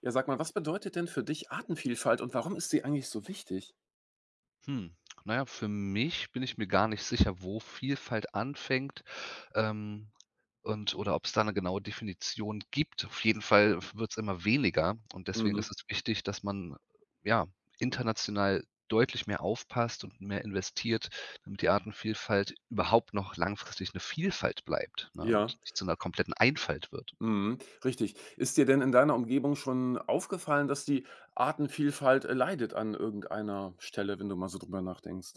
Ja, sag mal, was bedeutet denn für dich Artenvielfalt und warum ist sie eigentlich so wichtig? Hm, na ja, für mich bin ich mir gar nicht sicher, wo Vielfalt anfängt, ähm, und oder ob es da eine genaue Definition gibt. Auf jeden Fall wird es immer weniger und deswegen Mhm. ist es wichtig, dass man, ja, international deutlich mehr aufpasst und mehr investiert, damit die Artenvielfalt überhaupt noch langfristig eine Vielfalt bleibt, ne, und Ja, nicht zu einer kompletten Einfalt wird. mhm, richtig. Ist dir denn in deiner Umgebung schon aufgefallen, dass die Artenvielfalt leidet an irgendeiner Stelle, wenn du mal so drüber nachdenkst?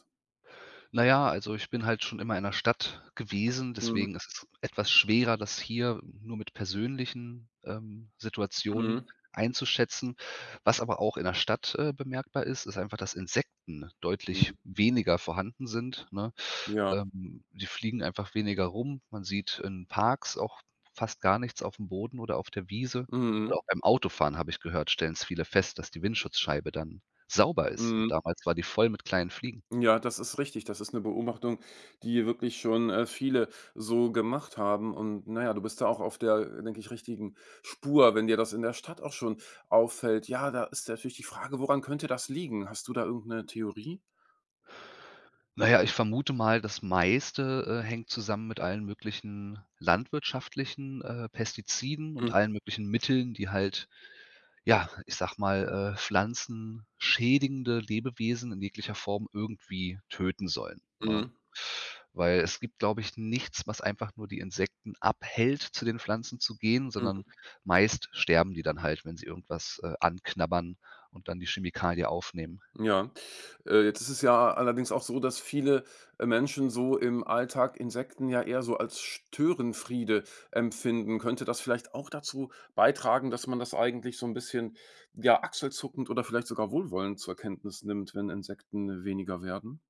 Na ja, also ich bin halt schon immer in 'ner Stadt gewesen, Mhm. deswegen ist es etwas schwerer, das hier nur mit persönlichen, Situationen Mhm. einzuschätzen. Was aber auch in 'ner Stadt, bemerkbar ist, ist einfach, dass Insekten Mhm. deutlich weniger vorhanden sind, ne? Ja. Die fliegen einfach weniger rum. Man sieht in Parks auch fast gar nichts aufm Boden oder auf der Wiese. Mhm. Oder auch beim Autofahren, habe ich gehört, stellen's viele fest, dass die Windschutzscheibe dann sauber ist und Mhm. damals war die voll mit kleinen Fliegen. Ja, das ist richtig. Das ist eine Beobachtung, die wirklich schon, viele so gemacht haben, und naja, du bist da auch auf der, denke ich, richtigen Spur, wenn dir das in der Stadt auch schon auffällt. Ja, da ist natürlich die Frage, woran könnte das liegen? Hast du da irgendeine Theorie? Naja, ich vermute mal, das meiste, hängt zusammen mit allen möglichen landwirtschaftlichen, Pestiziden Mhm, und allen möglichen Mitteln, die halt, ja, ich sag mal, pflanzenschädigende Lebewesen in jeglicher Form irgendwie töten sollen, ne? mhm, Weil es gibt, glaube ich, nichts, was einfach nur die Insekten abhält, zu den Pflanzen zu gehen, sondern mhm. meist sterben die dann halt, wenn sie irgendwas, anknabbern und dann die Chemikalie aufnehmen. Ja. Jetzt ist es ja allerdings auch so, dass viele, Menschen so im Alltag Insekten ja eher so als Störenfriede empfinden. Könnte das vielleicht auch dazu beitragen, dass man das eigentlich so ein bisschen, ja, achselzuckend oder vielleicht sogar wohlwollend zur Kenntnis nimmt, wenn Insekten weniger werden?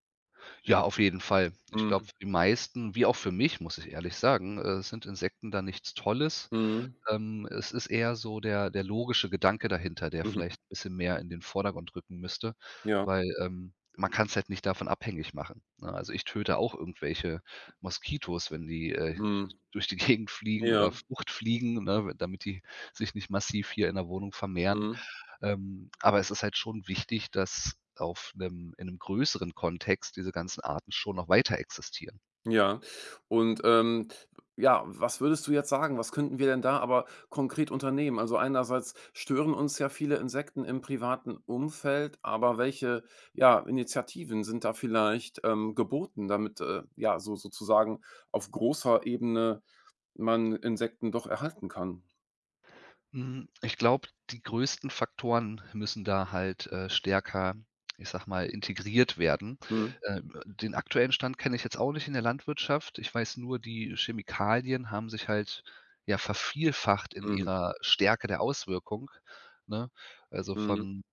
Ja, auf jeden Fall. Ich glaube, Mhm. für die meisten, wie auch für mich, muss ich ehrlich sagen, sind Insekten da nichts Tolles. Mhm. Es ist eher so der logische Gedanke dahinter, der Mhm. vielleicht 'n bisschen mehr in den Vordergrund rücken müsste, Ja. weil, man kann es halt nicht davon abhängig machen, ne? Also, ich töte auch irgendwelche Moskitos, wenn die, Mhm. durch die Gegend fliegen Ja. oder Fruchtfliegen, ne, damit die sich nicht massiv hier in der Wohnung vermehren. Mhm. Aber es ist halt schon wichtig, dass auf einem in einem größeren Kontext diese ganzen Arten schon noch weiter existieren. Ja. Und, ja, was würdest du jetzt sagen? Was könnten wir denn da aber konkret unternehmen? Also, einerseits stören uns ja viele Insekten im privaten Umfeld, aber welche, ja, Initiativen sind da vielleicht, geboten, damit, ja, so sozusagen auf großer Ebene man Insekten doch erhalten kann? Ich glaube, die größten Faktoren müssen da halt, stärker, ich sag mal, integriert werden. Mhm. Den aktuellen Stand kenne ich jetzt auch nicht in der Landwirtschaft. Ich weiß nur, die Chemikalien haben sich halt, ja, vervielfacht in Mhm. ihrer Stärke der Auswirkung, ne? Also, Mhm. von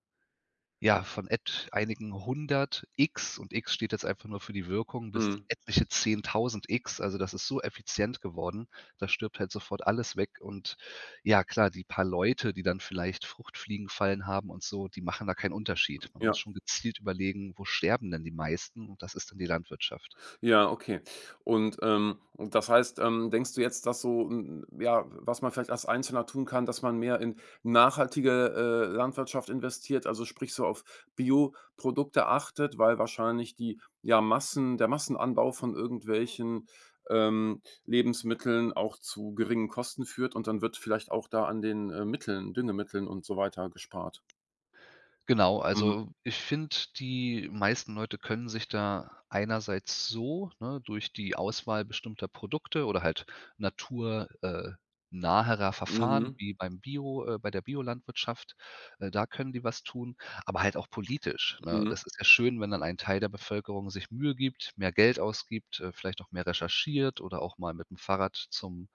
Ja, von et einigen hundert X und X steht jetzt einfach nur für die Wirkung bis Mhm. etliche 10.000 X. Also, das ist so effizient geworden, da stirbt halt sofort alles weg und ja klar, die paar Leute, die dann vielleicht Fruchtfliegenfallen haben und so, die machen da keinen Unterschied. Man muss Ja. schon gezielt überlegen, wo sterben denn die meisten und das ist dann die Landwirtschaft. Ja, okay. Und, das heißt, denkst du jetzt, dass so 'n ja, was man vielleicht als Einzelner tun kann, dass man mehr in nachhaltige, Landwirtschaft investiert, also sprich so auf Bioprodukte achtet, weil wahrscheinlich die ja, Massenanbau von irgendwelchen, Lebensmitteln auch zu geringen Kosten führt und dann wird vielleicht auch da an den, Mitteln, Düngemitteln und so weiter gespart. Genau, Mhm. also ich finde, die meisten Leute können sich da einerseits so, ne, durch die Auswahl bestimmter Produkte oder halt natur naherer Verfahren Mhm. wie beim Bio bei der Biolandwirtschaft, da können die was tun, aber halt auch politisch, ne? Mhm. Das ist ja schön, wenn dann ein Teil der Bevölkerung sich Mühe gibt, mehr Geld ausgibt, vielleicht auch mehr recherchiert oder auch mal mit dem Fahrrad zum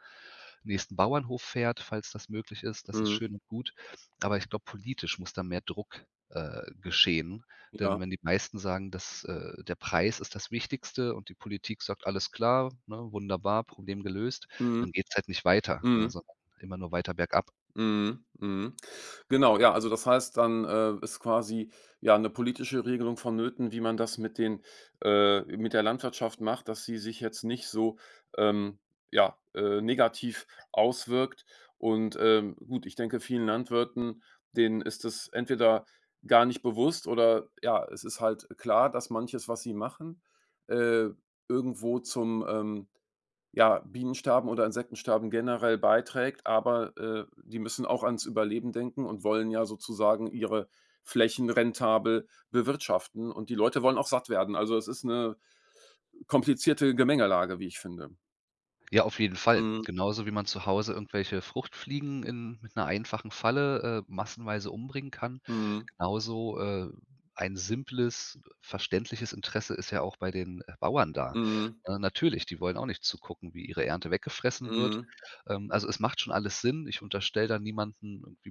nächsten Bauernhof fährt, falls das möglich ist. Das ist Mhm. schön und gut, aber ich glaube, politisch muss da mehr Druck geschehen. Ja. Denn wenn die meisten sagen, dass, der Preis ist das Wichtigste und die Politik sagt: „Alles klar, ne, wunderbar, Problem gelöst“, Mhm. dann geht es halt nicht weiter, ne, Mhm. sondern immer nur weiter bergab. Mhm, mhm. Genau, ja, also das heißt, dann, ist quasi, ja, eine politische Regelung vonnöten, wie man das mit den mit der Landwirtschaft macht, dass sie sich jetzt nicht so, ähm, ja, negativ auswirkt. Und, gut, ich denke, vielen Landwirten, denen ist es entweder gar nicht bewusst oder, ja, es ist halt klar, dass manches, was sie machen, äh, irgendwo zum, ja, Bienensterben oder Insektensterben generell beiträgt, aber, die müssen auch ans Überleben denken und wollen ja sozusagen ihre Flächen rentabel bewirtschaften und die Leute wollen auch satt werden. Also, es ist eine komplizierte Gemengelage, wie ich finde. Ja, auf jeden Fall. Mhm, Genauso wie man zu Hause irgendwelche Fruchtfliegen in mit einer einfachen Falle, massenweise umbringen kann, mhm, genauso, ein simples, verständliches Interesse ist ja auch bei den, Bauern da. mhm, Natürlich, die wollen auch nicht zugucken, wie ihre Ernte weggefressen wird. mhm, Also, es macht schon alles Sinn. Ich unterstelle da niemanden irgendwie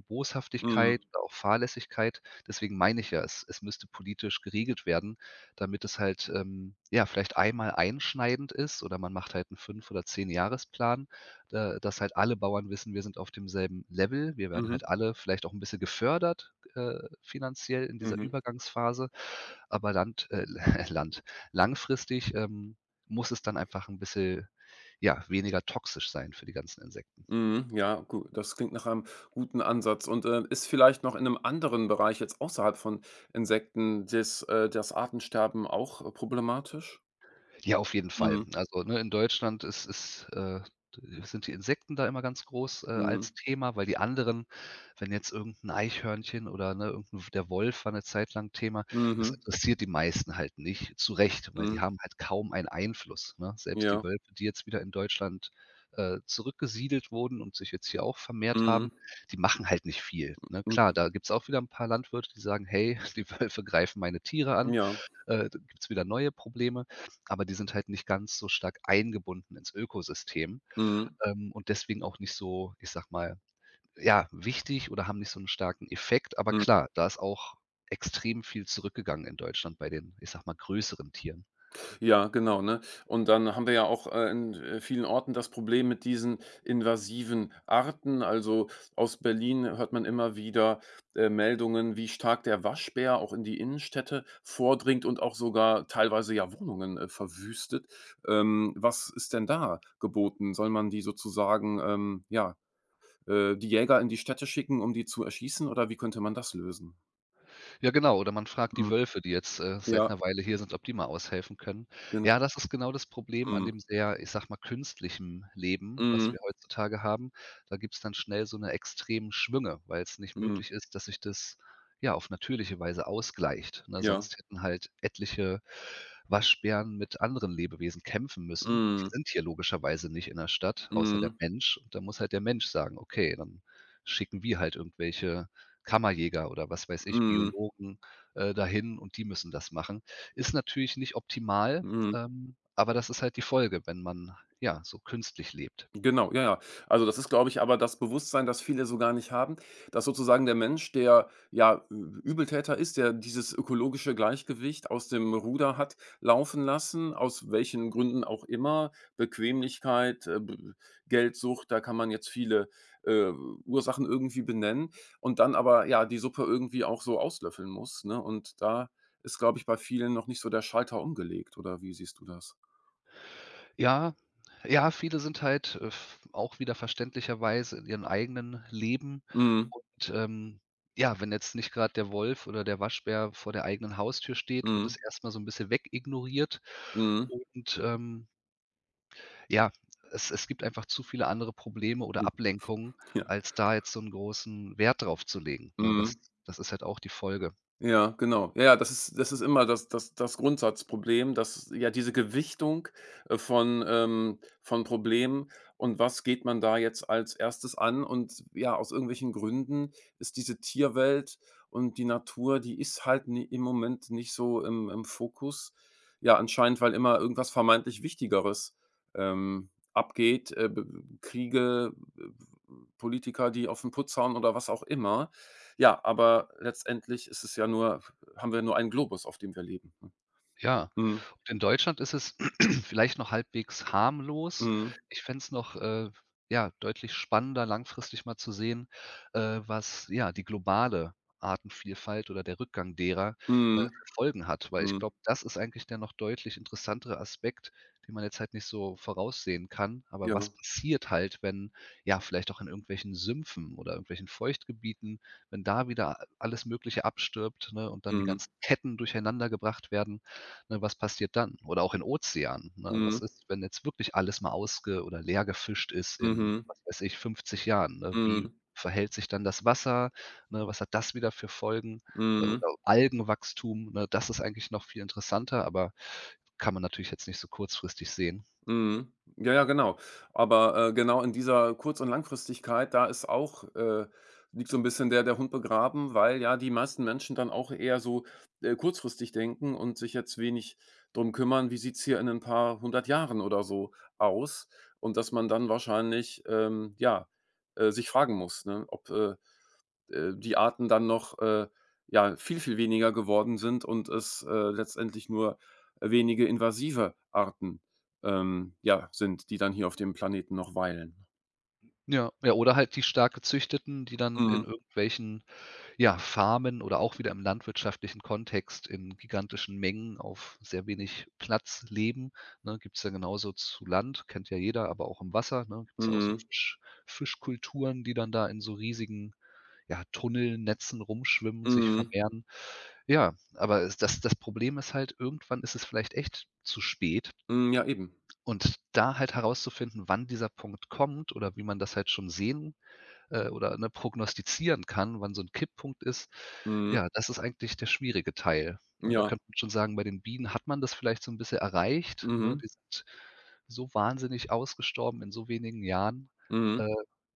mhm, Boshaftigkeit oder auch Fahrlässigkeit. Deswegen meine ich ja, es müsste politisch geregelt werden, damit es halt, ja, vielleicht einmal einschneidend ist oder man macht halt einen 5 oder 10-Jahresplan, da dass halt alle Bauern wissen, wir sind auf demselben Level. Wir werden mhm, halt alle vielleicht auch ein bisschen gefördert, finanziell in dieser mhm, Übergangsphase, aber land Land langfristig, muss es dann einfach ein bisschen, ja, weniger toxisch sein für die ganzen Insekten. mhm. Ja, gut, das klingt nach einem guten Ansatz, und, ist vielleicht noch in einem anderen Bereich jetzt außerhalb von Insekten des das Artensterben auch problematisch? Ja, auf jeden Fall. Mhm. Also, ne, in Deutschland ist, sind die Insekten da immer ganz groß, Mhm. als Thema, weil die anderen wenn jetzt irgendein Eichhörnchen oder, ne, irgend der Wolf war eine Zeit lang Thema, das Mhm. interessiert die meisten halt nicht. Zu Recht, weil Mhm. die haben halt kaum einen Einfluss, ne? Selbst Ja. die Wölfe, die jetzt wieder in Deutschland, zurückgesiedelt wurden und sich jetzt hier auch vermehrt Mhm. haben, die machen halt nicht viel, ne? Hm. Klar, da gibt's auch wieder ein paar Landwirte, die sagen: „Hey, die Wölfe greifen meine Tiere an.“ Ja. Gibt es wieder neue Probleme, aber die sind halt nicht ganz so stark eingebunden ins Ökosystem, Mhm. Und deswegen auch nicht so, ich sag mal, ja, wichtig oder haben nicht so einen starken Effekt. Aber Mhm. klar, da ist auch extrem viel zurückgegangen in Deutschland bei den, ich sag mal, größeren Tieren. Ja, genau, ne? Und dann haben wir ja auch, in, vielen Orten das Problem mit diesen invasiven Arten. Also, aus Berlin hört man immer wieder, Meldungen, wie stark der Waschbär auch in die Innenstädte vordringt und auch sogar teilweise ja Wohnungen, verwüstet. Was ist denn da geboten? Soll man die sozusagen, ja, die Jäger in die Städte schicken, um die zu erschießen, oder wie könnte man das lösen? Ja, genau, oder man fragt die Mhm. Wölfe, die jetzt, seit Ja, 'ner Weile hier sind, ob die mal aushelfen können. genau. Ja, das ist genau das Problem an Mhm. dem sehr, ich sag mal, künstlichen Leben, was Mhm. wir heutzutage haben. Da gibt's dann schnell so eine extremen Schwünge, weil es nicht Mhm. möglich ist, dass sich das, ja, auf natürliche Weise ausgleicht, ne? Ja. Sonst hätten halt etliche Waschbären mit anderen Lebewesen kämpfen müssen. Die Mhm. sind hier logischerweise nicht in der Stadt, außer der Mhm. Mensch. Und da muss halt der Mensch sagen: „Okay, dann schicken wir halt irgendwelche Kammerjäger oder was weiß ich, Mhm. Biologen, dahin und die müssen das machen. Ist natürlich nicht optimal, Mhm. Aber das ist halt die Folge, wenn man, ja, so künstlich lebt. Genau, ja, ja. Also, das ist, glaube ich, aber das Bewusstsein, das viele so gar nicht haben, dass sozusagen der Mensch, der ja Ü Übeltäter ist, der dieses ökologische Gleichgewicht aus dem Ruder hat laufen lassen, aus welchen Gründen auch immer, Bequemlichkeit, B Geldsucht, da kann man jetzt viele, äh, Ursachen irgendwie benennen und dann aber, ja, die Suppe irgendwie auch so auslöffeln muss, ne? Und da ist, glaube ich, bei vielen noch nicht so der Schalter umgelegt, oder wie siehst du das? Ja, ja, viele sind halt, f auch wieder verständlicherweise in ihren eigenen Leben Mhm, und, ja, wenn jetzt nicht gerade der Wolf oder der Waschbär vor der eigenen Haustür steht, wird mhm, es erst mal so ein bisschen wegignoriert mhm, und, ähm Ja, es gibt einfach zu viele andere Probleme oder hm, Ablenkungen, ja. als da jetzt so einen großen Wert drauf zu legen, ne? Das Mhm. das ist halt auch die Folge. Ja, genau. Ja, ja, das ist immer das Grundsatzproblem, dass ja diese Gewichtung, von Problemen und was geht man da jetzt als erstes an, und ja, aus irgendwelchen Gründen ist diese Tierwelt und die Natur, die ist halt ni im Moment nicht so im Fokus. Ja, anscheinend, weil immer irgendwas vermeintlich Wichtigeres, abgeht, b Kriege, äh, Politiker, die auf den Putz hauen oder was auch immer. Ja, aber letztendlich ist es ja nur haben wir nur einen Globus, auf dem wir leben. Ja, Mhm. und in Deutschland ist es vielleicht noch halbwegs harmlos. Mhm. Ich fände es noch, ja, deutlich spannender, langfristig mal zu sehen, was, ja, die globale Artenvielfalt oder der Rückgang derer, Mhm. für Folgen hat. Weil Mhm. ich Mhm. glaube, das ist eigentlich der noch deutlich interessantere Aspekt, den man jetzt halt nicht so voraussehen kann. Aber was Ja. passiert halt, wenn, ja, vielleicht auch in irgendwelchen Sümpfen oder irgendwelchen Feuchtgebieten, wenn da wieder alles Mögliche abstirbt, ne, und dann die Mhm. ganzen Ketten durcheinandergebracht werden? Ne, was passiert dann? Oder auch in Ozeanen, ne? Was Mhm. ist, wenn jetzt wirklich alles mal ausge oder leer gefischt ist in, Mhm. was weiß ich, 50 Jahren, ne? Wie Mhm. verhält sich dann das Wasser, ne? Was hat das wieder für Folgen? Äh, Mhm. oder Algenwachstum, ne? Das ist eigentlich noch viel interessanter, aber kann man natürlich jetzt nicht so kurzfristig sehen. Mhm. Ja, ja, genau. Aber, genau in dieser Kurz- und Langfristigkeit, da ist auch liegt so ein bisschen der Hund begraben, weil ja die meisten Menschen dann auch eher so, kurzfristig denken und sich jetzt wenig drum kümmern, wie sieht's hier in ein paar hundert Jahren oder so aus? Und dass man dann wahrscheinlich, ja, sich fragen muss, ne, ob, die Arten dann noch, ja, viel, viel weniger geworden sind, und es, letztendlich nur wenige invasive Arten, ja, sind, die dann hier auf dem Planeten noch weilen. Ja, ja, oder halt die stark gezüchteten, die dann Mhm. in irgendwelchen ja, Farmen oder auch wieder im landwirtschaftlichen Kontext in gigantischen Mengen auf sehr wenig Platz leben, ne? Gibt's ja genauso zu Land, kennt ja jeder, aber auch im Wasser, ne? Gibt's ja auch so Mhm. Fischkulturen, die dann da in so riesigen, ja, Tunnelnetzen rumschwimmen, sich Mhm. vermehren. Ja, aber es das Problem ist halt, irgendwann ist es vielleicht echt zu spät Mhm, ja, eben. und da halt herauszufinden, wann dieser Punkt kommt oder wie man das halt schon sehen oder, ne, prognostizieren kann, wann so 'n Kipppunkt ist, Mhm. ja, das ist eigentlich der schwierige Teil, ne? Da Ja. könnte man schon sagen, bei den Bienen hat man das vielleicht so 'n bisschen erreicht, ne? Mhm. Die sind so wahnsinnig ausgestorben in so wenigen Jahren, Mhm. äh,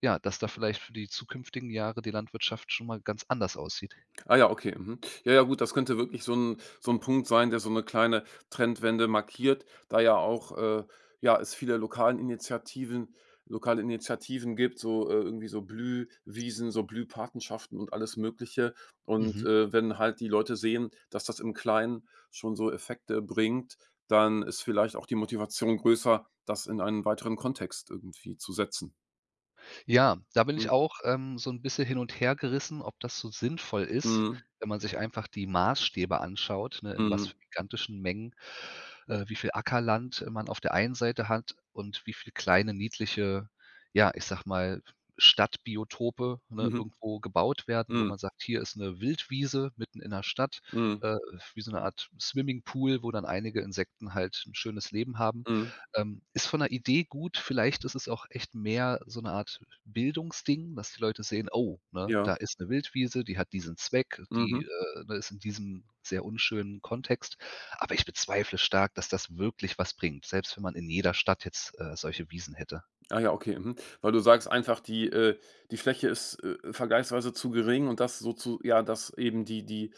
ja, dass da vielleicht für die zukünftigen Jahre die Landwirtschaft schon mal ganz anders aussieht. Ah ja, okay. Mhm. Ja, ja, gut, das könnte wirklich so ein Punkt sein, der so eine kleine Trendwende markiert, da ja auch, ja, es viele lokale Initiativen gibt, so, irgendwie so Blühwiesen, so Blühpatenschaften und alles Mögliche. Und, Mhm. Wenn halt die Leute sehen, dass das im Kleinen schon so Effekte bringt, dann ist vielleicht auch die Motivation größer, das in einen weiteren Kontext irgendwie zu setzen. Ja, da bin Mhm. ich auch, so ein bisschen hin und her gerissen, ob das so sinnvoll ist, Mhm. wenn man sich einfach die Maßstäbe anschaut, ne, in was Mhm. für gigantischen Mengen, wie viel Ackerland man auf der einen Seite hat und wie viel kleine niedliche, ja, ich sag mal, Stadtbiotope, ne, Mhm. irgendwo gebaut werden, wo Mhm. man sagt: „Hier ist eine Wildwiese mitten in der Stadt“, Mhm. äh, wie so eine Art Swimmingpool, wo dann einige Insekten halt ein schönes Leben haben. Mhm. Ist von der Idee gut, vielleicht ist es auch echt mehr so eine Art Bildungsding, dass die Leute sehen: „Oh, ne, Ja. da ist 'ne Wildwiese, die hat diesen Zweck, Mhm. die, ne, ist in diesem sehr unschönen Kontext.“ Aber ich bezweifle stark, dass das wirklich was bringt, selbst wenn man in jeder Stadt jetzt, solche Wiesen hätte. Ah ja, okay, mhm. Weil du sagst einfach, die die Fläche ist, vergleichsweise zu gering, und das so zu ja, dass eben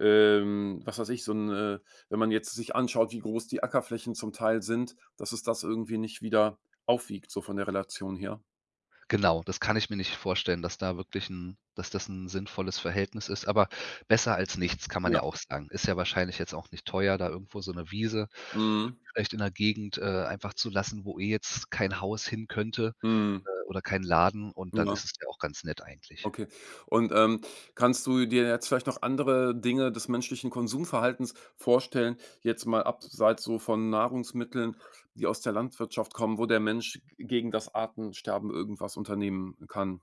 was weiß ich, so 'n, wenn man jetzt sich anschaut, wie groß die Ackerflächen zum Teil sind, dass es das irgendwie nicht wieder aufwiegt, so von der Relation her. Genau, das kann ich mir nicht vorstellen, dass da wirklich 'n dass das 'n sinnvolles Verhältnis ist, aber besser als nichts kann man Ja. ja auch sagen. Ist ja wahrscheinlich jetzt auch nicht teuer, da irgendwo so 'ne Wiese Mhm, vielleicht in 'ner Gegend, einfach zu lassen, wo eh jetzt kein Haus hin könnte. mhm, Oder keinen Laden und dann ja. ist es ja auch ganz nett eigentlich. Okay. Und, kannst du dir jetzt vielleicht noch andere Dinge des menschlichen Konsumverhaltens vorstellen, jetzt mal abseits so von Nahrungsmitteln, die aus der Landwirtschaft kommen, wo der Mensch gegen das Artensterben irgendwas unternehmen kann?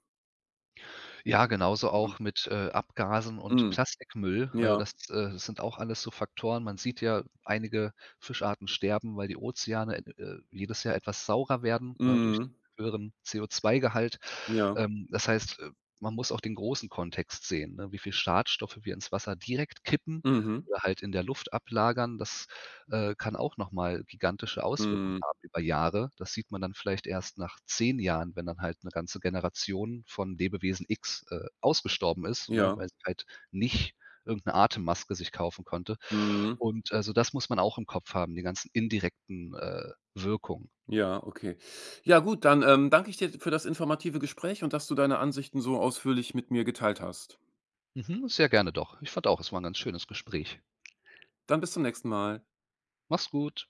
Ja, genauso Mhm. auch mit, Abgasen und Mhm. Plastikmüll. Äh, Ja. das, äh, das sind auch alles so Faktoren. Man sieht ja, einige Fischarten sterben, weil die Ozeane, jedes Jahr etwas saurer werden, ne, durch den Mhm. höheren CO2-Gehalt. Ja. Das heißt, man muss auch den großen Kontext sehen, ne, wie viel Schadstoffe wir ins Wasser direkt kippen Mhm. oder halt in der Luft ablagern. Das, kann auch nochmal gigantische Auswirkungen Mhm. haben über Jahre. Das sieht man dann vielleicht erst nach 10 Jahren, wenn dann halt eine ganze Generation von Lebewesen X, ausgestorben ist, ne, Ja. weil sie halt nicht irgendeine Atemmaske sich kaufen konnte. Mhm. Und, also, das muss man auch im Kopf haben, die ganzen indirekten, Wirkungen. Ja, okay. Ja gut, dann, danke ich dir für das informative Gespräch und dass du deine Ansichten so ausführlich mit mir geteilt hast. Mhm, sehr gerne doch. Ich fand auch, es war ein ganz schönes Gespräch. Dann bis zum nächsten Mal. Mach's gut.